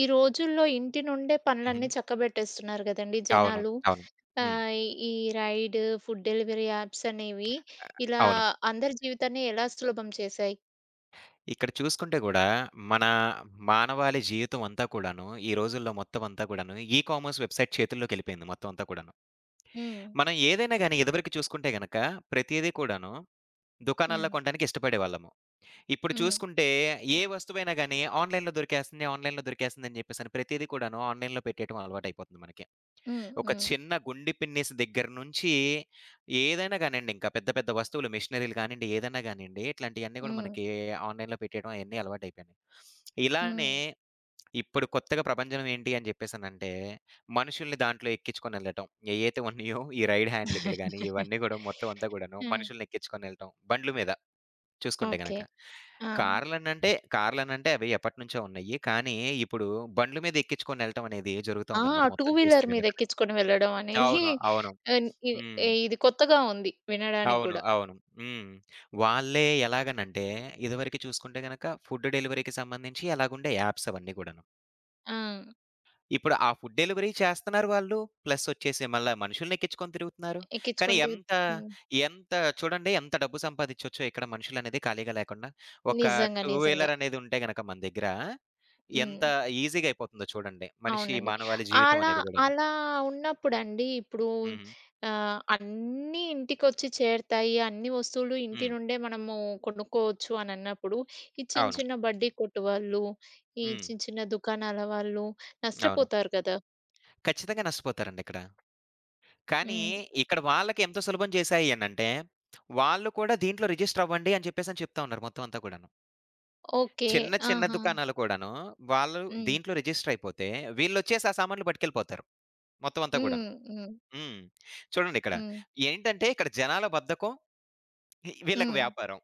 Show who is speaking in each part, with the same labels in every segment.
Speaker 1: ఈ రోజుల్లో ఇంటి నుండే
Speaker 2: హుహు.
Speaker 1: పనులన్నీ చక్కబెట్టేస్తున్నారు గదండీ
Speaker 2: అవును.
Speaker 1: జనాలు.
Speaker 2: అవును. హ్మ్.
Speaker 1: ఆహ్, ఈ రైడ్, ఫుడ్ డెలివరీ యాప్స్ అనేవి ఇలా
Speaker 2: అవును.
Speaker 1: అందరి జీవితాన్ని ఎలా సులభం చేశాయి.
Speaker 2: ఇక్కడ చూసుకుంటే గూడా మన మానవాళి జీవితం అంతా కూడాను ఈ రోజుల్లో మొత్తం అంతా కూడాను ఈ కామర్స్ వెబ్‌సైట్ చేతుల్లోకెళ్ళిపోయింది మొత్తం అంతా కూడాను.
Speaker 1: హ్మ్.
Speaker 2: మనం ఏదైనా గాని ఇదివరకు చూసుకుంటే గనక ప్రతీదీ కూడాను దుకాణాల్లో
Speaker 1: హ్మ్.
Speaker 2: కొనడానికి ఇష్టపడేవాళ్ళము. ఇప్పుడు
Speaker 1: హ్మ్.
Speaker 2: చూసుకుంటే ఏ వస్తువైనా గాని ఆన్‌లైన్‌లో దొరికేస్తుంది, ఆన్‌లైన్‌లో దొరికేస్తుందని జెప్పేసని ప్రతీదీ కూడాను ఆన్‌లైన్‌లో పెట్టేయటం అలవాటయిపోతుంది మనకి.
Speaker 1: హ్మ్.
Speaker 2: ఒక
Speaker 1: హ్మ్.
Speaker 2: చిన్న గుండి పిన్నీస్ దగ్గర నుంచి ఏదైనా గానియండి ఇంకా పెద్ద పెద్ద వస్తువులు మిషనరీలు గానియండి, ఏదైనా గానియండి ఇట్లాంటియన్నీ గూడా
Speaker 1: హ్మ్.
Speaker 2: మనకి ఆన్‌లైన్‌లో పెట్టేయడం అయన్నీ అలవాటయిపోయినాయి. ఇలానే
Speaker 1: హ్మ్.
Speaker 2: ఇప్పుడు కొత్తగా ప్రపంచం ఏంటి అని జెప్పేసనంటే, మనుషుల్ని దాంట్లో ఎక్కించుకొనెళ్ళటం. ఏయైతే ఉన్నయో ఈ రైడ్ హ్యాండ్లింగ్‌లు గాని, ఇవన్నీ గూడా మొత్తం అంతా గూడాను
Speaker 1: హ్మ్.
Speaker 2: మనుషుల్ని ఎక్కించుకొనెళ్ళటం. బండ్ల మీద చూసుకుంటే
Speaker 1: ఓకే.
Speaker 2: గనక.
Speaker 1: ఆ!
Speaker 2: కార్‌లనంటే కార్‌లనంటే అవి ఎప్పటినుంచో ఉన్నాయి. కానీ ఇప్పుడు బండ్ల మీద ఎక్కించుకొనెళ్ళటం అనేది జరుగుతా
Speaker 1: ఆ!
Speaker 2: ఉందనమాట
Speaker 1: టూ
Speaker 2: మొత్తం చూస్తే
Speaker 1: వీలర్ మీద
Speaker 2: గనక.
Speaker 1: ఎక్కించుకొని వెళ్ళడం అనేది
Speaker 2: అవును. అవును.
Speaker 1: ఆహ్, ఇ
Speaker 2: హ్మ్.
Speaker 1: ఇది కొత్తగా ఉంది వినడానికి
Speaker 2: అవును.
Speaker 1: గూడా.
Speaker 2: అవును. హ్మ్. వాళ్ళే ఎలాగనంటే, ఇదివరకు చూసుకుంటే గనక ఫుడ్ డెలివరీకి సంబంధించి ఎలాగుండే యాప్స్ అవన్నీ గూడాను.
Speaker 1: ఆ!
Speaker 2: ఇప్పుడు ఆ ఫుడ్ డెలివరీ చేస్తున్నారు వాళ్ళు. ప్లస్ వచ్చేసి మళ్ళా మనుషులనెక్కించుకొని తిరుగుతున్నారు. కానీ
Speaker 1: ఎక్కించుకొని తి
Speaker 2: ఎంత,
Speaker 1: హ్మ్.
Speaker 2: ఎంత చూడండి ఎంత డబ్బు సంపాదించొచ్చో ఇక్కడ మనుషులనేది ఖాళీగా లేకుండా. ఒక
Speaker 1: నిజంగా.
Speaker 2: టూ
Speaker 1: నిజంగా.
Speaker 2: వీలర్ అనేది ఉంటే గనక మన దగ్గర ఎంత
Speaker 1: హ్మ్.
Speaker 2: ఈజీగా అయిపోతుందో చూడండి. మనిషి
Speaker 1: అవునండి.
Speaker 2: మానవాళి జీవితం
Speaker 1: అలా,
Speaker 2: అనేది గూడాను.
Speaker 1: అలా ఉన్నప్పుడండి ఇప్పుడు
Speaker 2: హుహు.
Speaker 1: అన్నీ ఇంటికొచ్చి చేరతాయి. అన్ని వస్తువులు ఇంటి
Speaker 2: హ్మ్.
Speaker 1: నుండే మనము కొనుక్కోవచ్చు అనన్నప్పుడు, ఈ చిన్న
Speaker 2: అవును.
Speaker 1: చిన్న బడ్డీ కొట్టు వాళ్ళు, ఈ
Speaker 2: హ్మ్.
Speaker 1: చిన్న చిన్న దుకాణాల వాళ్ళు
Speaker 2: అవును.
Speaker 1: నష్టపోతారు కదా!
Speaker 2: ఖచ్చితంగా నష్టపోతారండి ఇక్కడ. కానీ
Speaker 1: హ్మ్.
Speaker 2: ఇక్కడ వాళ్ళకి ఎంత సులభం చేశాయి అనంటే, వాళ్ళు కూడా దీంట్లో రిజిస్టర్ అవ్వండి అని చెప్పేసని చెప్తా ఉన్నారు మొత్తం అంతా కూడాను.
Speaker 1: ఓకే.
Speaker 2: చిన్న చిన్న
Speaker 1: ఆహా!
Speaker 2: దుకాణాలు కూడాను వాళ్ళు
Speaker 1: హ్మ్.
Speaker 2: దీంట్లో రిజిస్టర్ అయిపోతే వీళ్ళొచ్చేసి ఆ సామాన్లు పట్టుకెళ్ళిపోతారు. మొత్తం అంతా కూడాను.
Speaker 1: హ్మ్. హ్మ్.
Speaker 2: హ్మ్. చూడండి ఇక్కడ.
Speaker 1: హ్మ్.
Speaker 2: ఏంటంటే ఇక్కడ జనాల బద్ధకం, వీళ్ళకి
Speaker 1: హ్మ్.
Speaker 2: వ్యాపారం.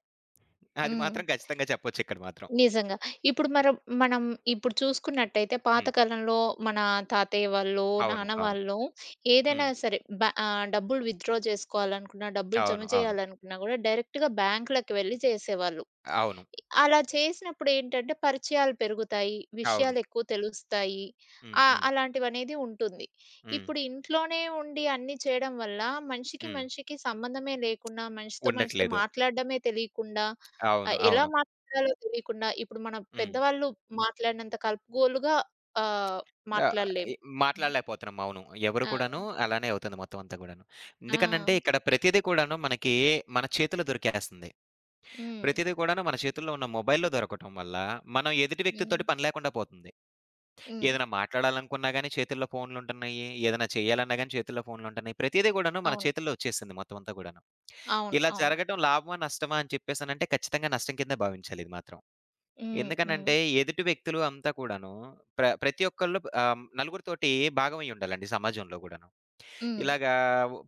Speaker 2: అది
Speaker 1: హ్మ్.
Speaker 2: మాత్రం ఖచ్చితంగా చెప్పొచ్చు ఇక్కడ మాత్రం.
Speaker 1: నిజంగా. ఇప్పుడు మనం మనం ఇప్పుడు చూసుకున్నట్టయితే
Speaker 2: హ్మ్.
Speaker 1: పాతకాలంలో మన తాతయ్య వాళ్ళు,
Speaker 2: అవును.
Speaker 1: నాన్న
Speaker 2: అవును.
Speaker 1: వాళ్ళు ఏదైనా
Speaker 2: హ్మ్.
Speaker 1: సరే డబ్బులు విత్‌డ్రా చేసుకోవాలనుకున్నా, డబ్బులు జమ
Speaker 2: అవును. అవును.
Speaker 1: చేయాలనుకున్నా గూడా డైరెక్ట్‌గా బ్యాంక్‌లకి వెళ్లి చేసేవాళ్ళు.
Speaker 2: అవును.
Speaker 1: అలా చేసినప్పుడు ఏంటంటే పరిచయాలు పెరుగుతాయి,
Speaker 2: అవును.
Speaker 1: విషయాలు ఎక్కువ తెలుస్తాయి.
Speaker 2: హ్మ్. హ్మ్.
Speaker 1: అలాంటివనేది ఉంటుంది.
Speaker 2: హ్మ్.
Speaker 1: ఇప్పుడు ఇంట్లోనే ఉండి అన్నీ చేయడం వల్ల మనిషికి
Speaker 2: హ్మ్.
Speaker 1: మనిషికి సంబంధమే లేకుండా, మనిషితో మనిషితో
Speaker 2: ఉండట్లేదు.
Speaker 1: మాట్లాడడమే తెలియకుండా
Speaker 2: అవును.
Speaker 1: ఆహ్, ఎలా
Speaker 2: అవును.
Speaker 1: మా తెలిసాలో తెలియకుండా ఇప్పుడు మన
Speaker 2: హ్మ్.
Speaker 1: పెద్దవాళ్ళు మాట్లాడినంత కలుపుగోలుగా ఆహ్,
Speaker 2: ఆ! ఇ
Speaker 1: మాట్లాడలేము. హ్మ్.
Speaker 2: మాట్లాడలేకపోతున్నాం. అవును. ఎవరు
Speaker 1: ఆ!
Speaker 2: కూడాను అలానే అవుతుంది మొత్తం అంతా గూడాను.
Speaker 1: ఆ!
Speaker 2: ఎందుకనంటే ఇక్కడ ప్రతీదీ కూడాను మనకి మన చేతిలో దొరికేస్తుంది.
Speaker 1: హ్మ్.
Speaker 2: ప్రతీదీ కూడాను మన చేతుల్లో ఉన్న మొబైల్‌లో దొరకటం వల్ల మనం ఎదుటి
Speaker 1: హ్మ్.
Speaker 2: వ్యక్తితోటి పని లేకుండా పోతుంది.
Speaker 1: హ్మ్.
Speaker 2: ఏదైనా మాట్లాడాలనుకున్నా గాని చేతుల్లో ఫోన్‌లుంటున్నాయి. ఏదైనా చేయాలన్నా గాని చేతుల్లో ఫోన్‌లుంటున్నాయి. ప్రతీదీ గూడాను మన
Speaker 1: అవును.
Speaker 2: చేతుల్లో వచ్చేసింది మొత్తం అంతా గూడాను.
Speaker 1: అవును.
Speaker 2: ఇలా
Speaker 1: అవును.
Speaker 2: జరగటం లాభమా? నష్టమా? అని చెప్పేసనంటే ఖచ్చితంగా నష్టం కిందే భావించాలి ఇది మాత్రం.
Speaker 1: హ్మ్. హ్మ్.
Speaker 2: ఎందుకనంటే, ఎదుటి వ్యక్తులు అంతా కూడాను ప్రతి ఒక్కళ్ళు నలుగురితోటి భాగమై ఉండాలండి సమాజంలో గూడాను.
Speaker 1: హ్మ్.
Speaker 2: ఇలాగా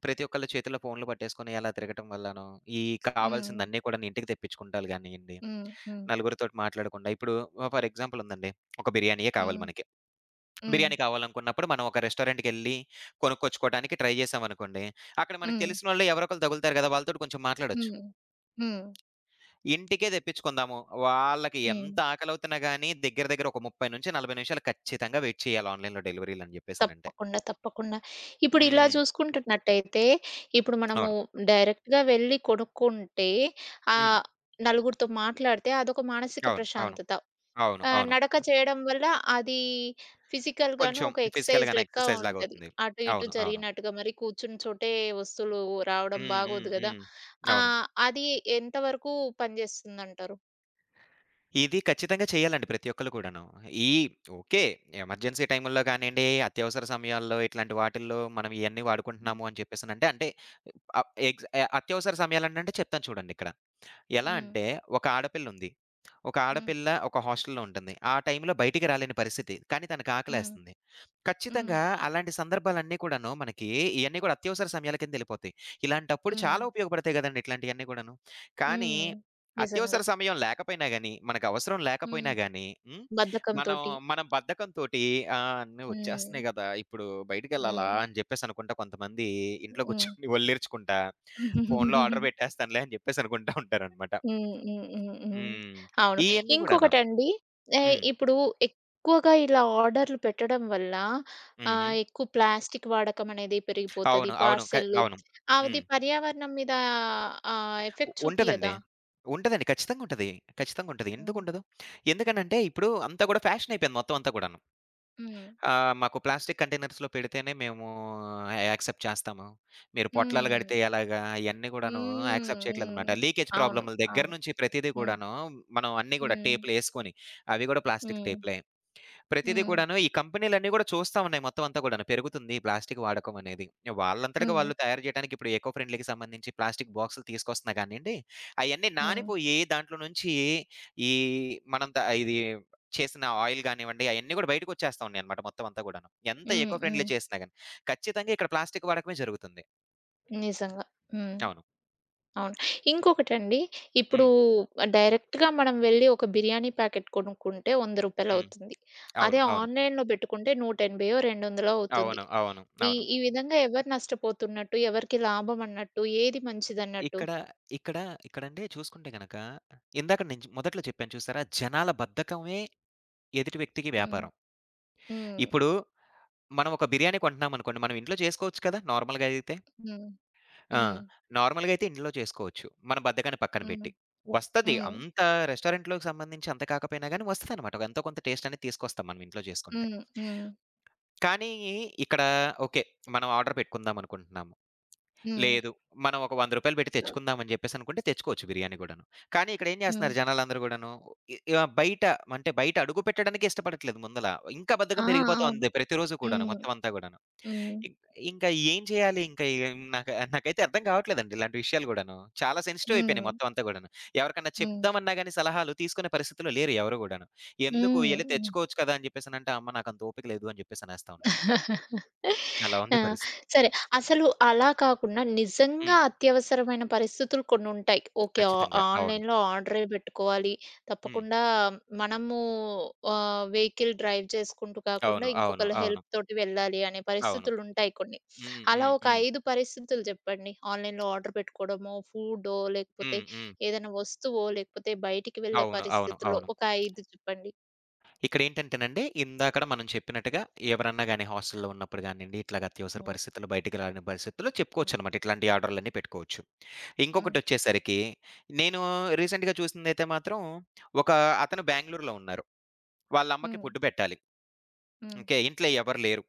Speaker 2: ప్రతి ఒక్కళ్ళ చేతుల్లో ఫోన్‌లు పట్టేసుకొని అలా తిరగటం వల్లను, ఈ
Speaker 1: హ్మ్.
Speaker 2: కావాల్సిందన్నీ కూడాను ఇంటికి తెప్పించుకుంటాలు గానియ్యండి,
Speaker 1: హ్మ్.
Speaker 2: నలుగురితోటి మాట్లాడకుండా ఇప్పుడు ఫర్ ఎగ్జాంపుల్ ఉందండి. ఒక బిర్యానీయే కావాలి
Speaker 1: హ్మ్.
Speaker 2: మనకి.
Speaker 1: హ్మ్.
Speaker 2: బిర్యానీ కావాలనుకున్నప్పుడు మనం ఒక రెస్టారెంట్‌కెళ్ళి కొనుక్కొచ్చుకోవడానికి ట్రై జేశామనుకోండి, అక్కడ మనకు
Speaker 1: హ్మ్. హ్మ్.
Speaker 2: తెలిసినోళ్ళు ఎవరో ఒకళ్ళు తగులుతారు గదా! వాళ్ళతోటి కొంచెం మాట్లాడొచ్చు.
Speaker 1: హ్మ్. హ్మ్.
Speaker 2: ఇంటికే తెప్పించుకుందాము. వాళ్ళకి
Speaker 1: హ్మ్.
Speaker 2: ఎంత ఆకలవుతున్నా గాని దగ్గర దగ్గర ఒక 30-40 నిమిషాలు ఖచ్చితంగా వెయిట్ చేయాలి ఆన్‌లైన్‌లో డెలివరీలని జెప్పేసనంటే.
Speaker 1: తప్పకుండా. తప్పకుండా. ఇప్పుడు ఇలా
Speaker 2: హ్మ్.
Speaker 1: చూసుకుంటున్నట్టయితే ఇప్పుడు మనము
Speaker 2: అవును.
Speaker 1: డైరెక్ట్‌గా వెళ్ళి కొనుక్కుంటే
Speaker 2: హ్మ్.
Speaker 1: ఆహ్, నలుగురితో మాట్లాడితే అదొక మానసిక
Speaker 2: అవును. అవును.
Speaker 1: ప్రశాంతత.
Speaker 2: అవును. అవును.
Speaker 1: నడక చేయడం వల్ల అది ఫిజికల్‌గాను
Speaker 2: కొంచెం
Speaker 1: ఒక ఎక్సర్‌సైజ్
Speaker 2: ఫిజికల్‌గానే
Speaker 1: లెక్క
Speaker 2: ఎక్సర్‌సైజ్
Speaker 1: ఉంటది.
Speaker 2: లాగవుతుంది.
Speaker 1: అటు ఇటు
Speaker 2: అవును. అవును.
Speaker 1: జరిగినట్టుగా మరి కూర్చున్న చోటే వస్తువులు రావడం
Speaker 2: హ్మ్. హ్మ్.
Speaker 1: బాగోదు గదా!
Speaker 2: హ్మ్. అవును.
Speaker 1: అది ఎంతవరకు పనిచేస్తుందంటారు?
Speaker 2: ఇది ఖచ్చితంగా చేయాలండి ప్రతి ఒక్కళ్ళు కూడాను. ఈ ఓకే. ఎమర్జెన్సీ టైముల్లో గానియండి, అత్యవసర సమయాల్లో ఇట్లాంటి వాటిల్లో మనం ఇయన్నీ వాడుకుంటున్నాము అని చెప్పేసనంటే అంటే ఆహ్, ఎగ్స్ అత్యవసర సమయాలంటే చెప్తాను చూడండిక్కడ. ఎలా
Speaker 1: హ్మ్.
Speaker 2: అంటే, ఒక ఆడపిల్లుంది. ఒక
Speaker 1: హ్మ్.
Speaker 2: ఆడపిల్ల ఒక హాస్టల్‌లో ఉంటుంది. ఆ టైంలో బయటికి రాలేని పరిస్థితి. కానీ తనకి
Speaker 1: హ్మ్.
Speaker 2: ఆకలేస్తుంది.
Speaker 1: హ్మ్.
Speaker 2: ఖచ్చితంగా అలాంటి సందర్భాలన్నీ కూడాను మనకి ఇయన్నీ కూడా అత్యవసర సమయాల కిందెళ్ళిపోతాయి. ఇలాంటప్పుడు
Speaker 1: హ్మ్.
Speaker 2: చాలా ఉపయోగపడతాయి గదండీ! ఇట్లాంటియన్నీ గూడాను. కానీ
Speaker 1: హ్మ్. నిజంగా.
Speaker 2: అత్యవసర సమయం లేకపోయినా గాని, మనకు అవసరం
Speaker 1: హ్మ్.
Speaker 2: లేకపోయినా గాని,
Speaker 1: బద్ధకం
Speaker 2: మనం
Speaker 1: తోటి.
Speaker 2: మనం బద్ధకంతోటి అన్నీ
Speaker 1: హ్మ్.
Speaker 2: వచ్చేస్తున్నాయి గదా! ఇప్పుడు బయటికెళ్ళాలా
Speaker 1: హ్మ్.
Speaker 2: అని జెప్పేసనుకుంటా కొంతమంది ఇంట్లో
Speaker 1: హ్మ్.
Speaker 2: కూర్చొని ఒళ్ళీర్చుకుంటా, ఫోన్‌లో ఆర్డర్ పెట్టేస్తానులే అని జెప్పేసనుకుంటా ఉంటారనమాట.
Speaker 1: హ్మ్. హ్మ్. హ్మ్. హ్మ్.
Speaker 2: హ్మ్.
Speaker 1: అవును.
Speaker 2: ఇయన్నీ గూడాను.
Speaker 1: ఇంకొకటండి
Speaker 2: హ్మ్.
Speaker 1: ఇప్పుడు ఎక్కువగా ఇలా ఆర్డర్‌లు పెట్టడం వల్ల
Speaker 2: హుహు.
Speaker 1: ఎక్కువ ప్లాస్టిక్ వాడకం అనేది పెరిగిపోతది.
Speaker 2: అవును. అవును.
Speaker 1: పార్సెల్‌లు
Speaker 2: అవును. హ్మ్.
Speaker 1: అది పర్యావరణం మీద ఎఫెక్ట్
Speaker 2: ఉంటదండి.
Speaker 1: చూపియదా?
Speaker 2: ఉంటదండి. ఖచ్చితంగుంటది. ఖచ్చితంగుంటది.
Speaker 1: హ్మ్.
Speaker 2: ఎందుకుండదు? ఎందుకనంటే, ఇప్పుడు అంతా గూడా ఫ్యాషన్ అయిపోయింది మొత్తం అంతా గూడాను.
Speaker 1: హ్మ్.
Speaker 2: మాకు ప్లాస్టిక్ కంటైనర్స్‌లో పెడితేనే మేము యాక్సెప్ట్ చేస్తాము. మీరు పొట్లాలు
Speaker 1: హ్మ్.
Speaker 2: గడితే ఎలాగా? ఇయన్నీ గూడాను
Speaker 1: హ్మ్.
Speaker 2: యాక్సెప్ట్
Speaker 1: హ్మ్.
Speaker 2: చేయట్లేదనమాట. లీకేజ్
Speaker 1: అవును.
Speaker 2: ప్రాబ్లముల దగ్గర
Speaker 1: అవును.
Speaker 2: నుంచి ప్రతీదీ
Speaker 1: హ్మ్.
Speaker 2: గూడాను మనం అన్నీ గూడా
Speaker 1: హ్మ్.
Speaker 2: టేపులేసుకొని, అవి గూడా ప్లాస్టిక్
Speaker 1: హ్మ్.
Speaker 2: టేపులే. ప్రతీదీ
Speaker 1: హ్మ్.
Speaker 2: కూడాను ఈ కంపెనీలన్నీ గూడా చూస్తా ఉన్నాయి మొత్తం అంతా గూడాను. పెరుగుతుంది ప్లాస్టిక్ వాడకం అనేది. వాళ్ళంతటగా
Speaker 1: హ్మ్.
Speaker 2: వాళ్ళు తయారు చేయడానికి ఇప్పుడు ఎకో ఫ్రెండ్లీకి సంబంధించి ప్లాస్టిక్ బాక్సులు తీసుకొస్తున్నా గానియండి, అయన్నీ
Speaker 1: హ్మ్.
Speaker 2: నానిపోయి దాంట్లో నుంచి ఈ మనం త ఇది చేసిన ఆయిల్ గానివ్వండి, అయన్నీ గూడా బయటకొచ్చేస్తా ఉన్నాయన్నమాట మొత్తం అంతా గూడాను. ఎంత
Speaker 1: హ్మ్.
Speaker 2: ఎకో ఫ్రెండ్లీ
Speaker 1: హ్మ్.
Speaker 2: చేసినా గాని. ఖచ్చితంగా ఇక్కడ ప్లాస్టిక్ వాడకమే జరుగుతుంది.
Speaker 1: నిజంగా. హ్మ్.
Speaker 2: అవును.
Speaker 1: అవును. ఇంకొకటండి, ఇప్పుడు
Speaker 2: హ్మ్.
Speaker 1: డైరెక్ట్‌గా మనం వెళ్లి ఒక బిర్యానీ ప్యాకెట్ కొనుక్కుంటే రూ. 100
Speaker 2: హ్మ్.
Speaker 1: అవుతుంది.
Speaker 2: అవును.
Speaker 1: అదే
Speaker 2: అవును.
Speaker 1: ఆన్‌లైన్‌లో పెట్టుకుంటే 180 200 అవుతుంది.
Speaker 2: అవును. అవును.
Speaker 1: ఈ
Speaker 2: అవును.
Speaker 1: ఈ విధంగా ఎవరు నష్టపోతున్నట్టు? ఎవరికి లాభం అన్నట్టు? ఏది మంచిదన్నట్టు?
Speaker 2: ఇక్కడ, ఇక్కడ, ఇక్కడండి చూసుకుంటే గనక ఇందాక నేను మొదట్లో చెప్పాను చూసారా? జనాల బద్ధకమే ఎదుటి వ్యక్తికి
Speaker 1: హ్మ్.
Speaker 2: వ్యాపారం.
Speaker 1: హ్మ్.
Speaker 2: ఇప్పుడు మనం ఒక బిర్యానీ కొంటున్నామనుకోండి, మనం ఇంట్లో చేసుకోవచ్చు కదా! నార్మల్‌గా అయితే.
Speaker 1: హ్మ్.
Speaker 2: ఆ!
Speaker 1: హ్మ్.
Speaker 2: నార్మల్‌గా అయితే ఇంట్లో చేసుకోవచ్చు. మన బద్ధకాన్ని పక్కన
Speaker 1: హ్మ్.
Speaker 2: పెట్టి. వస్తది.
Speaker 1: హ్మ్.
Speaker 2: అంత రెస్టారెంట్‌లోకి సంబంధించి అంత కాకపోయినా గాని వస్తదనమాట. ఎంతో కొంత టేస్ట్ అనేది తీసుకొస్తాం మనం ఇంట్లో చేసుకుంటే.
Speaker 1: హ్మ్. హ్మ్.
Speaker 2: కానీ ఇక్కడ ఓకే. మనం ఆర్డర్ పెట్టుకుందాం అనుకుంటున్నాము.
Speaker 1: హ్మ్.
Speaker 2: లేదు. మనం ఒక రూ. 100 పెట్టి తెచ్చుకుందాం అని జెప్పేసనుకుంటే తెచ్చుకోవచ్చు బిర్యానీ గూడాను. కానీ ఇక్కడేం
Speaker 1: హ్మ్.
Speaker 2: జేస్తున్నారు జనాలందరూ గూడాను, బయట అంటే బయట అడుగు పెట్టడానికే ఇష్టపడట్లేదు ముందల. ఇంకా
Speaker 1: ఆ!
Speaker 2: బద్ధకం పెరిగిపోతా
Speaker 1: అవును.
Speaker 2: ఉంది ప్రతిరోజు కూడాను
Speaker 1: హ్మ్.
Speaker 2: మొత్తం అంతా గూడాను.
Speaker 1: హ్మ్.
Speaker 2: ఇం ఇంకా ఏం చేయాలి? ఇంకా ఏం నాకైతే అర్థం కావట్లేదండి ఇలాంటి విషయాలు గూడాను. చాలా సెన్సిటివ్ అయిపోయినాయి
Speaker 1: హ్మ్.
Speaker 2: మొత్తం అంతా గూడాను. ఎవరికన్నా
Speaker 1: హ్మ్.
Speaker 2: చెప్దామన్నా గాని సలహాలు తీసుకునే పరిస్థితిలో లేరు ఎవరు గూడాను. ఎందుకు
Speaker 1: హ్మ్.
Speaker 2: ఎళ్లి
Speaker 1: హ్మ్.
Speaker 2: తెచ్చుకోవచ్చు కదా! అని జెప్పేసనంటే, అమ్మ నాకంత ఓపిక లేదు అని జెప్పేసనేస్తా ఉన్నారు. అలా ఉంది
Speaker 1: ఆ!
Speaker 2: పరిస్థితి.
Speaker 1: సరే. అసలు అలా కాకుండా
Speaker 2: హ్మ్.
Speaker 1: నిజంగా అత్యవసరమైన పరిస్థితులు కొన్నుంటాయి. ఓకే. ఆ
Speaker 2: ఖచ్చితంగా. అవును.
Speaker 1: ఆన్‌లైన్‌లో ఆర్డరే పెట్టుకోవాలి.
Speaker 2: హ్మ్.
Speaker 1: తప్పకుండా మనము వెహికల్ డ్రైవ్ చేసుకుంటూ కాకుండా
Speaker 2: అవును. అవును.
Speaker 1: ఇంకొకళ్ళ
Speaker 2: అవును.
Speaker 1: హెల్ప్ తోటి వెళ్ళాలి అనే
Speaker 2: అవును.
Speaker 1: పరిస్థితులుంటాయి కొన్ని.
Speaker 2: హ్మ్.
Speaker 1: అలా
Speaker 2: హ్మ్.
Speaker 1: ఒక
Speaker 2: హ్మ్.
Speaker 1: 5 పరిస్థితులు చెప్పండి. ఆన్‌లైన్‌లో ఆర్డర్ పెట్టుకోవడమో, ఫుడో లేకపోతే
Speaker 2: హ్మ్. హ్మ్.
Speaker 1: ఏదైనా వస్తువో, లేకపోతే బయటికి వెళ్ళే
Speaker 2: అవును. అవును.
Speaker 1: పరిస్థితిలో
Speaker 2: అవును.
Speaker 1: ఒక 5 చెప్పండి.
Speaker 2: ఇక్కడేంటంటేనండి, ఇందాకడ మనం చెప్పినట్టుగా ఎవరన్నా గాని హాస్టల్‌లో ఉన్నప్పుడు గానియండి, ఇట్లాగ అత్యవసర
Speaker 1: హ్మ్.
Speaker 2: పరిస్థితుల్లో, బయటికి రాని పరిస్థితుల్లో
Speaker 1: హ్మ్.
Speaker 2: చెప్పుకోవచ్చనమాట. ఇట్లాంటి ఆర్డర్‌లన్నీ పెట్టుకోవచ్చు.
Speaker 1: హ్మ్.
Speaker 2: ఇంకొకటొచ్చేసరికి, నేను రీసెంట్‌గా చూసిందైతే మాత్రం, ఒక అతను బెంగుళూరులో ఉన్నారు. వాళ్ళమ్మకి
Speaker 1: హ్మ్.
Speaker 2: ఫుడ్ పెట్టాలి.
Speaker 1: హ్మ్.
Speaker 2: ఓకే. ఇంట్లో ఎవరు లేరు.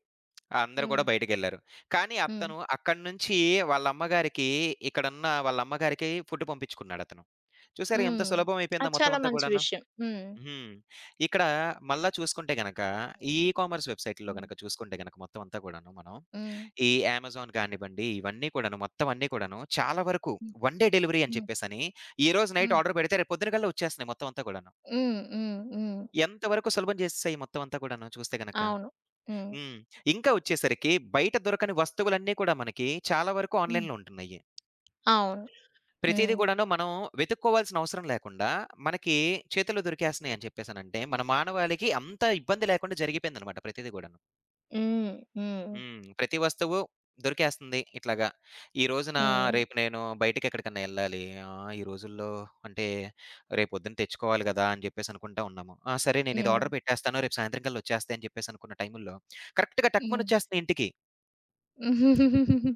Speaker 2: అందరూ
Speaker 1: హ్మ్.
Speaker 2: కూడా బయటికెళ్లారు. కానీ
Speaker 1: హ్మ్.
Speaker 2: అతను అక్కడి నుంచి వాళ్ళ అమ్మగారికి, ఇక్కడున్న వాళ్ళ అమ్మగారికి ఫుడ్ పంపించుకున్నాడతను. చూసారా ఎంత
Speaker 1: హ్మ్.
Speaker 2: సులభం అయిపోయిందో
Speaker 1: అది
Speaker 2: మొత్తం
Speaker 1: చాలా
Speaker 2: అంతా
Speaker 1: మంచి
Speaker 2: కూడాను?
Speaker 1: విషయం. హ్మ్.
Speaker 2: హ్మ్. ఇక్కడ మళ్ళా చూసుకుంటే గనక, ఈ కామర్స్ వెబ్‌సైట్‌ల్లో
Speaker 1: హ్మ్.
Speaker 2: గనక చూసుకుంటే గనక మొత్తం అంతా కూడాను మనం,
Speaker 1: హ్మ్.
Speaker 2: ఈ అమెజాన్ కానివ్వండి, ఇవన్నీ కూడాను మొత్తం అన్నీ కూడాను చాలా వరకు
Speaker 1: హ్మ్.
Speaker 2: వన్ డే డెలివరీ అని
Speaker 1: హ్మ్.
Speaker 2: చెప్పేసని, ఈరోజు నైట్
Speaker 1: హ్మ్.
Speaker 2: ఆర్డర్ పెడితే రేపు పొద్దున కల్లా వచ్చేస్తున్నాయి మొత్తం అంతా కూడాను.
Speaker 1: హ్మ్. హ్మ్. హ్మ్.
Speaker 2: ఎంతవరకు సులభం చేసేసాయి మొత్తం అంతా కూడాను చూస్తే గనక.
Speaker 1: అవును. హ్మ్.
Speaker 2: హ్మ్. ఇంకా వచ్చేసరికి బయట దొరకని వస్తువులన్నీ కూడా మనకి చాలా వరకు
Speaker 1: హ్మ్.
Speaker 2: ఆన్‌లైన్‌లో ఉంటున్నాయి.
Speaker 1: అవును.
Speaker 2: ప్రతీది
Speaker 1: హ్మ్.
Speaker 2: కూడాను మనం వెతుక్కోవాల్సిన అవసరం లేకుండా, మనకి చేతుల్లో దొరికేస్తున్నాయి అని చెప్పేసనంటే, మన మానవాళికి అంత ఇబ్బంది లేకుండా జరిగిపోయిందనమాట ప్రతీది గూడాను.
Speaker 1: హ్మ్. హ్మ్.
Speaker 2: హ్మ్. ప్రతి వస్తువు దొరికేస్తుంది ఇట్లాగా. ఈ రోజున
Speaker 1: హ్మ్.
Speaker 2: రేపు నేను బయటికెక్కడికన్నా ఎళ్ళాలి. ఈ రోజుల్లో అంటే రేపొద్దున తెచ్చుకోవాలి గదా! అని జెప్పేసనుకుంటా ఉన్నాము. ఆ! సరే నేనిది
Speaker 1: హ్మ్.
Speaker 2: ఆర్డర్ పెట్టేస్తాను. రేపు సాయంత్రం కల్లా వచ్చేస్తాయి అని చెప్పేసనుకున్న టైముల్లో కరెక్ట్‌గా టక్‌మని
Speaker 1: హ్మ్.
Speaker 2: వచ్చేస్తున్నాయి ఇంటికి.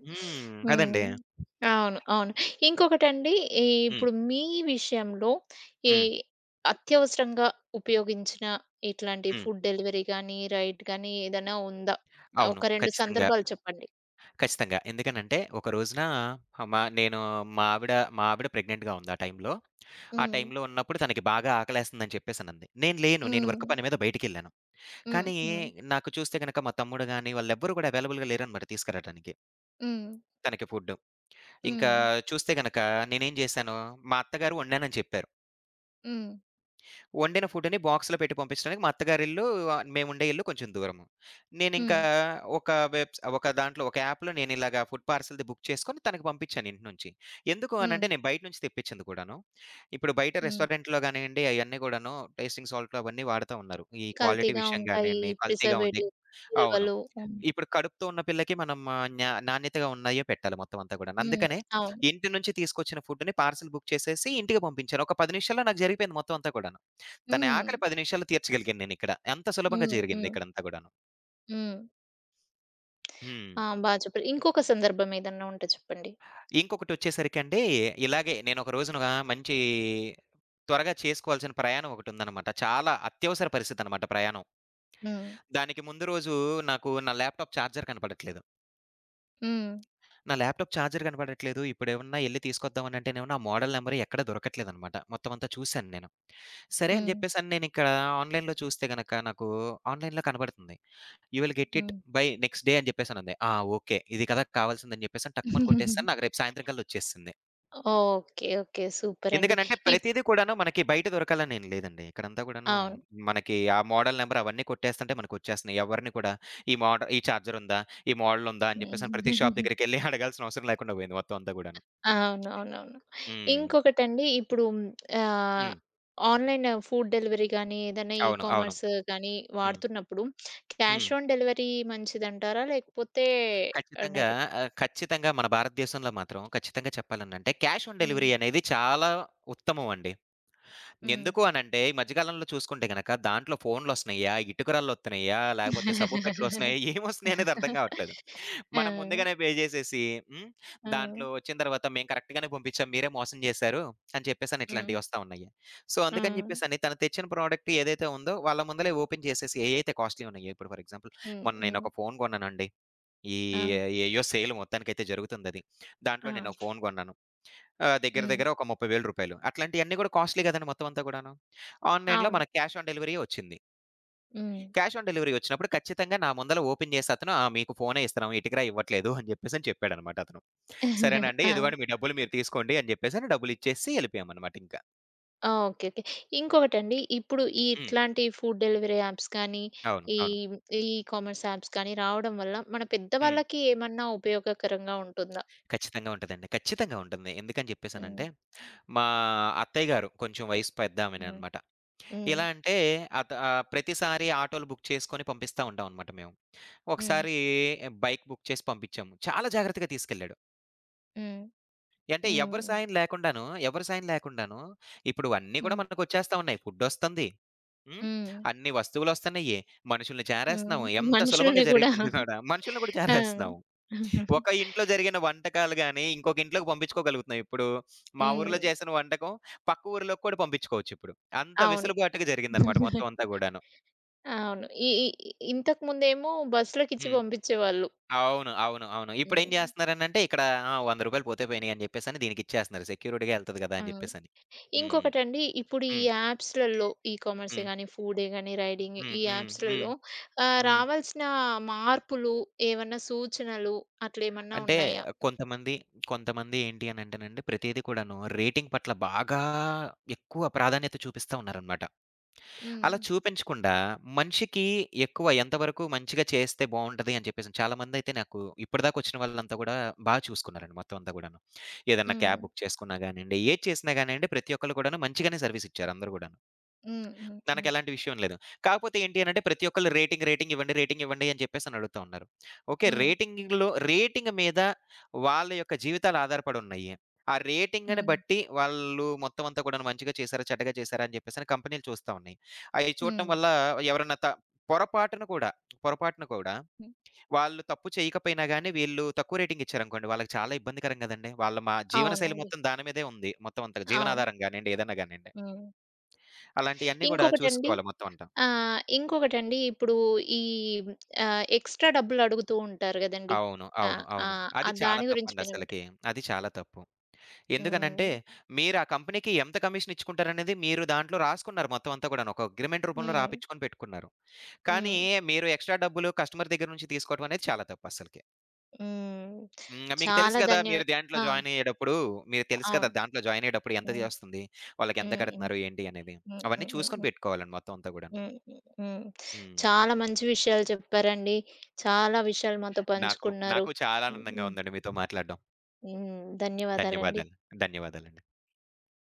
Speaker 2: హ్మ్. అదండీ.
Speaker 1: హ్మ్. అవును. అవును. ఇంకొకటండి ఈ
Speaker 2: హ్మ్.
Speaker 1: ఇప్పుడు మీ విషయంలో ఏ
Speaker 2: హ్మ్.
Speaker 1: అత్యవసరంగా ఉపయోగించిన ఇట్లాంటి
Speaker 2: హ్మ్.
Speaker 1: ఫుడ్ డెలివరీ గానీ, రైడ్ గానీ ఏదైనా ఉందా?
Speaker 2: అవును.
Speaker 1: ఒక 2
Speaker 2: ఖచ్చితంగా.
Speaker 1: సందర్భాలు చెప్పండి.
Speaker 2: ఖచ్చితంగా. ఎందుకనంటే, ఒక రోజున ఆహ్, మా నేను మా ఆవిడ మా ఆవిడ ప్రెగ్నెంట్‌గా ఉంది ఆ టైంలో. ఆ
Speaker 1: హ్మ్.
Speaker 2: టైంలో ఉన్నప్పుడు తనకి బాగా ఆకలేస్తుందని చెప్పేసనంది. నేను లేను. నేను
Speaker 1: హ్మ్.
Speaker 2: వర్క్ పని మీద బయటికెళ్ళాను.
Speaker 1: హ్మ్.
Speaker 2: కానీ,
Speaker 1: హ్మ్.
Speaker 2: నాకు చూస్తే గనక మా తమ్ముడు గాని, వాళ్ళెవ్వరూ కూడా అవైలబుల్‌గా లేరనమాట తీసుకురాడానికి
Speaker 1: హ్మ్.
Speaker 2: తనకి ఫుడ్డు. ఇంకా
Speaker 1: హ్మ్.
Speaker 2: చూస్తే గనక నేనేం జేశాను, మా అత్తగారు వండానని చెప్పారు.
Speaker 1: హ్మ్.
Speaker 2: వండిన ఫుడ్‌ని బాక్స్‌లో పెట్టి పంపించడానికి మా అత్తగారిల్లు మేముండే ఇల్లు కొంచెం దూరము. నేనింకా
Speaker 1: హ్మ్.
Speaker 2: ఒక వెబ్స్ ఒక దాంట్లో ఒక యాప్‌లో నేనిలాగా ఫుడ్ పార్సెల్‌ది బుక్ చేసుకొని తనకి పంపించాను ఇంటి నుంచి. ఎందుకు
Speaker 1: హ్మ్.
Speaker 2: అనంటే నేను బయట నుంచి తెప్పించింది కూడాను. ఇప్పుడు బయట
Speaker 1: హ్మ్.
Speaker 2: రెస్టారెంట్‌లో గానియండి అయన్నీ గూడాను టేస్టింగ్ సాల్ట్‌లు అవన్నీ వాడతా ఉన్నారు. ఈ క్వాలిటీ
Speaker 1: కల్తీగా
Speaker 2: విషయం
Speaker 1: ఉంటాయి.
Speaker 2: గానియండి కల్తీగా ఉంటాయి.
Speaker 1: ప్రిజర్వేటివ్
Speaker 2: అవును.
Speaker 1: విలువలు. హ్మ్.
Speaker 2: ఇప్పుడు కడుపుతో ఉన్న పిల్లకి మనం నాణ్యతగా ఉన్నాయే పెట్టాలి మొత్తం అంతా గూడాను.
Speaker 1: హ్మ్.
Speaker 2: అందుకనే
Speaker 1: అవును.
Speaker 2: ఇంటి నుంచి తీసుకొచ్చిన ఫుడ్‌ని పార్సెల్ బుక్ చేసేసి ఇంటికి పంపించాను. ఒక 10 నిమిషాల్లో నాకు జరిగిపోయింది మొత్తం అంతా కూడాను. తన
Speaker 1: హ్మ్.
Speaker 2: ఆకలి 10 నిమిషాల్లో తీర్చగలిగాను నేనిక్కడ. అంత సులభంగా
Speaker 1: హ్మ్.
Speaker 2: జరిగింది
Speaker 1: హ్మ్.
Speaker 2: ఇక్కడంతా గూడాను.
Speaker 1: హ్మ్.
Speaker 2: హ్మ్.
Speaker 1: ఆ! బా చెప్పారు. ఇంకొక సందర్భం ఏదన్నా ఉంటే చెప్పండి?
Speaker 2: ఇంకొకటొచ్చేసరికండి, ఇలాగే నేనొక రోజున మంచి త్వరగా చేసుకోవాల్సిన ప్రయాణం ఒకటుందనమాట. చాలా అత్యవసర పరిస్థితనమాట ప్రయాణం.
Speaker 1: హ్మ్.
Speaker 2: దానికి ముందు రోజు నాకు నా ల్యాప్‌టాప్ చార్జర్ కనపడట్లేదు.
Speaker 1: హ్మ్.
Speaker 2: నా ల్యాప్‌టాప్ చార్జర్ కనపడట్లేదు. ఇప్పుడేమన్నా ఎళ్లి తీసుకొద్దామనంటేనేమో నా మోడల్ నంబర్ ఎక్కడా దొరకట్లేదనమాట. మొత్తం అంతా చూసాను నేను. సరే అని
Speaker 1: హ్మ్.
Speaker 2: జెప్పేసని నేనిక్కడ ఆన్‌లైన్‌లో చూస్తే గనక నాకు ఆన్‌లైన్‌లో కనబడుతుంది. You will get it
Speaker 1: hmm.
Speaker 2: By next day అని చెప్పేసనంది. ఆ! ఓకే. ఇది కదా కావాల్సిందని చెప్పేసని టక్కుమని కొట్టేసాను. నాకు రేపు సాయంత్రం కల్లా వచ్చేసింది.
Speaker 1: ఓకే. ఓకే. సూపర్ అండి.
Speaker 2: ఎందుకనంటే
Speaker 1: ఇప్
Speaker 2: ప్రతీదీ కూడాను మనకి బయట దొరకాలనేం లేదండి. ఇక్కడంతా గూడాను
Speaker 1: అవును.
Speaker 2: మనకి ఆ మోడల్ నంబర్ అవన్నీ కొట్టేస్తుంటే మనకొచ్చేస్తున్నాయి. ఎవరిని కూడా ఈ చార్జర్ ఉందా? ఈ మోడల్ ఉందా? అని చెప్పేసని ప్రతి షాప్ దగ్గరికెళ్లి అడగాల్సిన అవసరం లేకుండా పోయింది మొత్తం అంతా గూడాను.
Speaker 1: అవునవునవును.
Speaker 2: హ్మ్.
Speaker 1: ఇంకొకటండి ఇప్పుడు హ్మ్, ఆహ్,
Speaker 2: హ్మ్.
Speaker 1: ఆన్‌లైన్ ఫుడ్ డెలివరీ గానీ, ఏదైనా ఈ
Speaker 2: అవును. అవును.
Speaker 1: కామర్స్ గానీ
Speaker 2: హ్మ్.
Speaker 1: వాడుతున్నప్పుడు
Speaker 2: హ్మ్.
Speaker 1: క్యాష్ ఆన్ డెలివరీ మంచిదంటారా? లేకపోతే ఆహ్,
Speaker 2: ఖచ్చితంగా
Speaker 1: డైరెక్ట్
Speaker 2: ఖచ్చితంగా మన భారతదేశంలో మాత్రం ఖచ్చితంగా చెప్పాలనంటే క్యాష్ ఆన్
Speaker 1: హ్మ్.
Speaker 2: డెలివరీ అనేది చాలా ఉత్తమం అండి.
Speaker 1: హ్మ్.
Speaker 2: ఎందుకు అనంటే, ఈ మధ్య కాలంలో చూసుకుంటే గనక దాంట్లో ఫోన్‌లొస్తున్నాయా? ఇటుకురాళ్ళొత్తున్నాయా? లేకపోతే సబ్బుపెట్టెలొస్తున్నాయా? ఏమొస్తున్నాయనేది అర్థం గావట్లేదు.
Speaker 1: ఆ!
Speaker 2: మనం ముందుగానే పే జేసేసి హ్మ్.
Speaker 1: హ్మ్.
Speaker 2: దాంట్లో వచ్చిన తర్వాత మేము కరెక్ట్ గానే పంపించాం. మీరే మోసం జేశారు అని చెప్పేసని
Speaker 1: హ్మ్.
Speaker 2: ఇట్లాంటియొస్తా ఉన్నాయి. సో, అందుకని
Speaker 1: హ్మ్.
Speaker 2: జెప్పేసని తను తెచ్చిన ప్రోడక్ట్ ఏదైతే ఉందో వాళ్ళ ముందలే ఓపెన్ చేసేసి ఏయైతే కాస్ట్‌లీ ఉన్నాయో ఇప్పుడు ఫర్ ఎగ్జాంపుల్
Speaker 1: హ్మ్.
Speaker 2: మొన్న
Speaker 1: హ్మ్.
Speaker 2: నేనొక ఫోన్ గొన్నానండి. ఈ
Speaker 1: ఆ!
Speaker 2: ఏయో సేల్ మొత్తానికైతే జరుగుతుందది. దాంట్లో
Speaker 1: ఆ!
Speaker 2: నేనో ఫోన్ గొన్నాను. ఆ! దగ్గర
Speaker 1: హ్మ్.
Speaker 2: దగ్గర ఒక రూ. 30,000 అట్లాంటియన్నీ గూడా కాస్ట్‌లీ గదండీ మొత్తం అంతా గూడాను. ఆన్‌లైన్‌లో
Speaker 1: అవును.
Speaker 2: మనకు క్యాష్ ఆన్ డెలివరీయే వచ్చింది.
Speaker 1: హ్మ్.
Speaker 2: క్యాష్ ఆన్ డెలివరీ వచ్చినప్పుడు ఖచ్చితంగా నా ముందల ఓపెన్ చేసి అతను "ఆ! మీకు ఫోనే ఇస్తున్నాం. ఇటుకరా ఇవ్వట్లేదు" అని జెప్పేసని చెప్పాడనమాట అతను.
Speaker 1: ఆ!
Speaker 2: సరేనండి ఇదిగోండి మీ డబ్బులు మీరు తీసుకోండి అని జెప్పేసని డబ్బులిచ్చేసి ఎళ్ళిపోయామనమాట ఇంకా.
Speaker 1: ఆ! ఓకే. ఓకే. ఇంకొకటండి ఇప్పుడు ఈ
Speaker 2: హ్మ్.
Speaker 1: ఇట్లాంటి ఫుడ్ డెలివరీ యాప్స్ కానీ,
Speaker 2: అవును.
Speaker 1: ఈ
Speaker 2: అవును.
Speaker 1: ఈ కామర్స్ యాప్స్ కానీ రావడం వల్ల మన
Speaker 2: హ్మ్.
Speaker 1: పెద్దవాళ్ళకి ఏమన్నా ఉపయోగకరంగా ఉంటుందా?
Speaker 2: ఖచ్చితంగా ఉంటదండి. ఖచ్చితంగా ఉంటుంది. ఎందుకని
Speaker 1: హ్మ్.
Speaker 2: జెప్పేసనంటే, మా అత్తయ్య గారు కొంచెం వయసు పెద్దామెనే
Speaker 1: హ్మ్.
Speaker 2: అనమాట.
Speaker 1: హ్మ్.
Speaker 2: ఎలా అంటే ప్రతిసారి ఆటోలు బుక్ చేసుకొని పంపిస్తా ఉంటామనమాట మేము.
Speaker 1: హ్మ్.
Speaker 2: ఒకసారి బైక్ బుక్ చేసి పంపించాము. చాలా జాగ్రత్తగా తీసుకెళ్ళాడు.
Speaker 1: హ్మ్.
Speaker 2: అంటే ఎవరి
Speaker 1: హ్మ్.
Speaker 2: సాయం లేకుండాను, ఎవరి సాయం లేకుండాను ఇప్పుడు అన్నీ కూడా
Speaker 1: హ్మ్.
Speaker 2: మనకొచ్చేస్తా ఉన్నాయి. ఫుడ్డొస్తుంది. హ్మ్.
Speaker 1: హ్మ్.
Speaker 2: అన్ని వస్తువులొస్తన్నయ్యి. మనుషుల్ని
Speaker 1: హ్మ్.
Speaker 2: చేరేస్తున్నాము. ఎంత సులభంగా
Speaker 1: మనుషుల్ని గూడా
Speaker 2: జరిగిపోయింది కూడా. మనుషుల్ని కూడా
Speaker 1: ఆ!
Speaker 2: చేరేస్తున్నాము. ఒక ఇంట్లో జరిగిన వంటకాలు గాని, ఇంకొక ఇంట్లోకి పంపించుకోగలుగుతున్నాం. ఇప్పుడు మా ఊర్లో
Speaker 1: హ్మ్.
Speaker 2: చేసిన వంటకం పక్క ఊర్లోకి కూడా పంపించుకోవచ్చిప్పుడు. అంత
Speaker 1: అవును.
Speaker 2: వెసులుబాటుగా జరిగిందనమాట మొత్తం అంతా గూడాను.
Speaker 1: అవును. ఈ ఈ ఇంతకుముందేమో బస్సులకిచ్చి
Speaker 2: హ్మ్.
Speaker 1: పంపించేవాళ్ళు.
Speaker 2: అవును. అవును. అవును. ఇప్పుడేం
Speaker 1: హ్మ్.
Speaker 2: జేస్తున్నారనంటే ఇక్కడ ఆ! రూ. 100 పోతే పోయినియి అని జెప్పేసని దీనికిచ్చేస్తున్నారు. సెక్యూరిటీగా ఎళ్తది గదా!
Speaker 1: ఆ!
Speaker 2: అని జెప్పేసని. హ్మ్.
Speaker 1: ఇంకొకటండి, ఇప్పుడు ఈ
Speaker 2: హ్మ్.
Speaker 1: యాప్స్‌లలో ఈకామర్సే
Speaker 2: హ్మ్.
Speaker 1: గాని, ఫుడే గాని, రైడింగ్
Speaker 2: హ్మ్.
Speaker 1: ఈ
Speaker 2: హ్మ్. హ్మ్.
Speaker 1: యాప్స్‌లలో
Speaker 2: హ్మ్.
Speaker 1: రావాల్సిన మార్పులు, ఏమన్నా సూచనలు అట్లేమన్నా
Speaker 2: అంటే
Speaker 1: ఉన్నాయా?
Speaker 2: కొంతమంది, కొంతమంది ఏంటి అనంటేనండి ప్రతీది కూడాను రేటింగ్ పట్ల బాగా ఎక్కువ ప్రాధాన్యత చూపిస్తా ఉన్నారనమాట.
Speaker 1: హ్మ్.
Speaker 2: అలా చూపించకుండా మనిషికి ఎక్కువ ఎంతవరకు మంచిగా చేస్తే బావుంటది అని చెప్పేసి చాలామందయితే నాకు ఇప్పటిదాకా వచ్చిన వాళ్ళంతా గూడా బా చూసుకున్నారండి మొత్తం అంతా గూడాను. ఏదన్నా
Speaker 1: హ్మ్.
Speaker 2: క్యాబ్ బుక్ చేసుకున్నా గానియండి, ఏది చేసినా గానియండి ప్రతి ఒక్కళ్ళు కూడాను మంచిగానే సర్విస్ ఇచ్చారు అందరూ గూడాను.
Speaker 1: హ్మ్. హ్మ్. హ్మ్.
Speaker 2: తనకెలాంటి విషయం లేదు. కాకపోతే ఏంటి అనంటే ప్రతి ఒక్కళ్ళు రేటింగ్ ఇవ్వండి అని చెప్పేసని అడుగుతా ఉన్నారు. ఓకే.
Speaker 1: హ్మ్.
Speaker 2: రేటింగ్ మీద వాళ్ళ యొక్క జీవితాలు ఆధారపడి ఉన్నాయి. ఆ రేటింగ్‌ని
Speaker 1: హ్మ్.
Speaker 2: బట్టి వాళ్ళు మొత్తం అంతా కూడాను మంచిగా చేశారా? చెడ్డగా చేశారా? అని చెప్పేసని కంపెనీలు చూస్తా ఉన్నాయి. అయి చూడటం
Speaker 1: హ్మ్.
Speaker 2: వల్ల ఎవరన్నా త పొరపాటున కూడా, పొరపాటున కూడా
Speaker 1: హ్మ్.
Speaker 2: వాళ్ళు తప్పు చేయకపోయినా గాని వీళ్ళు తక్కువ రేటింగ్ ఇచ్చారనుకోండి వాళ్ళకి చాలా ఇబ్బందికరం కదండీ! వాళ్ళ మా జీవనశైలి
Speaker 1: అవునండి.
Speaker 2: మొత్తం దాని మీదే ఉంది. మొత్తం అంతా
Speaker 1: అవును.
Speaker 2: జీవనాధారం గానియండి, ఏదన్నా గానియండి.
Speaker 1: హ్మ్.
Speaker 2: అలాంటియన్నీ కూడా
Speaker 1: ఇంకొకటండి
Speaker 2: చూసుకోవాలి మొత్తం అంతా.
Speaker 1: ఇంకొకటండి ఇప్పుడు ఈ ఎక్స్‌ట్రా డబ్బులడుగుతూ ఉంటారు గదండీ!
Speaker 2: అవును.
Speaker 1: ఆ!
Speaker 2: అవును.
Speaker 1: ఆ!
Speaker 2: అవును.
Speaker 1: ఆ
Speaker 2: అది చాలా
Speaker 1: దాని గురించి మీరేమంటారు?
Speaker 2: తప్పండసలకి. అది చాలా తప్పు. ఎందుకనంటే,
Speaker 1: హ్మ్.
Speaker 2: మీరు ఆ కంపెనీకి ఎంత కమిషన్ ఇచ్చుకుంటారనేది మీరు దాంట్లో రాసుకున్నారు మొత్తం అంతా కూడాను. ఒక అగ్రీమెంట్ రూపంలో
Speaker 1: హ్మ్.
Speaker 2: రాపిచ్చుకొని పెట్టుకున్నారు. కానీ
Speaker 1: హ్మ్.
Speaker 2: మీరు ఎక్స్‌ట్రా డబ్బులు కస్టమర్ దగ్గర నుంచి తీసుకోవడం అనేది చాలా తప్పసలకి.
Speaker 1: హ్మ్.
Speaker 2: హ్మ్. మీకు తెలుసు
Speaker 1: చాలా
Speaker 2: కదా!
Speaker 1: ధన్య
Speaker 2: మీరు దాంట్లో
Speaker 1: ఆ!
Speaker 2: జాయిన్ అయ్యేటప్పుడు మీకు తెలుసు కదా!
Speaker 1: అవును.
Speaker 2: దాంట్లో జాయిన్ అయ్యేటప్పుడు ఎంత
Speaker 1: హ్మ్.
Speaker 2: చేస్తుంది? వాళ్ళకెంత
Speaker 1: హ్మ్. హ్మ్.
Speaker 2: కడుతున్నారు? ఏంటి అనేది?
Speaker 1: హ్మ్.
Speaker 2: అవన్నీ
Speaker 1: హ్మ్. హ్మ్.
Speaker 2: చూసుకొని
Speaker 1: హ్మ్.
Speaker 2: పెట్టుకోవాలండి మొత్తం అంతా గూడాను.
Speaker 1: హ్మ్. హ్మ్. హ్మ్.
Speaker 2: హ్మ్.
Speaker 1: చాలా మంచి విషయాలు చెప్పారండి. చాలా విషయాలు మాతో
Speaker 2: నాకు,
Speaker 1: పంచుకున్నారు.
Speaker 2: నాకు చాలా
Speaker 1: హ్మ్.
Speaker 2: ఆనందంగా
Speaker 1: హ్మ్.
Speaker 2: ఉందండి మీతో మాట్లాడడం.
Speaker 1: హ్మ్. ధన్యవాదాలండి.
Speaker 2: ధన్యవాదాలు. ధన్యవాదాలండి.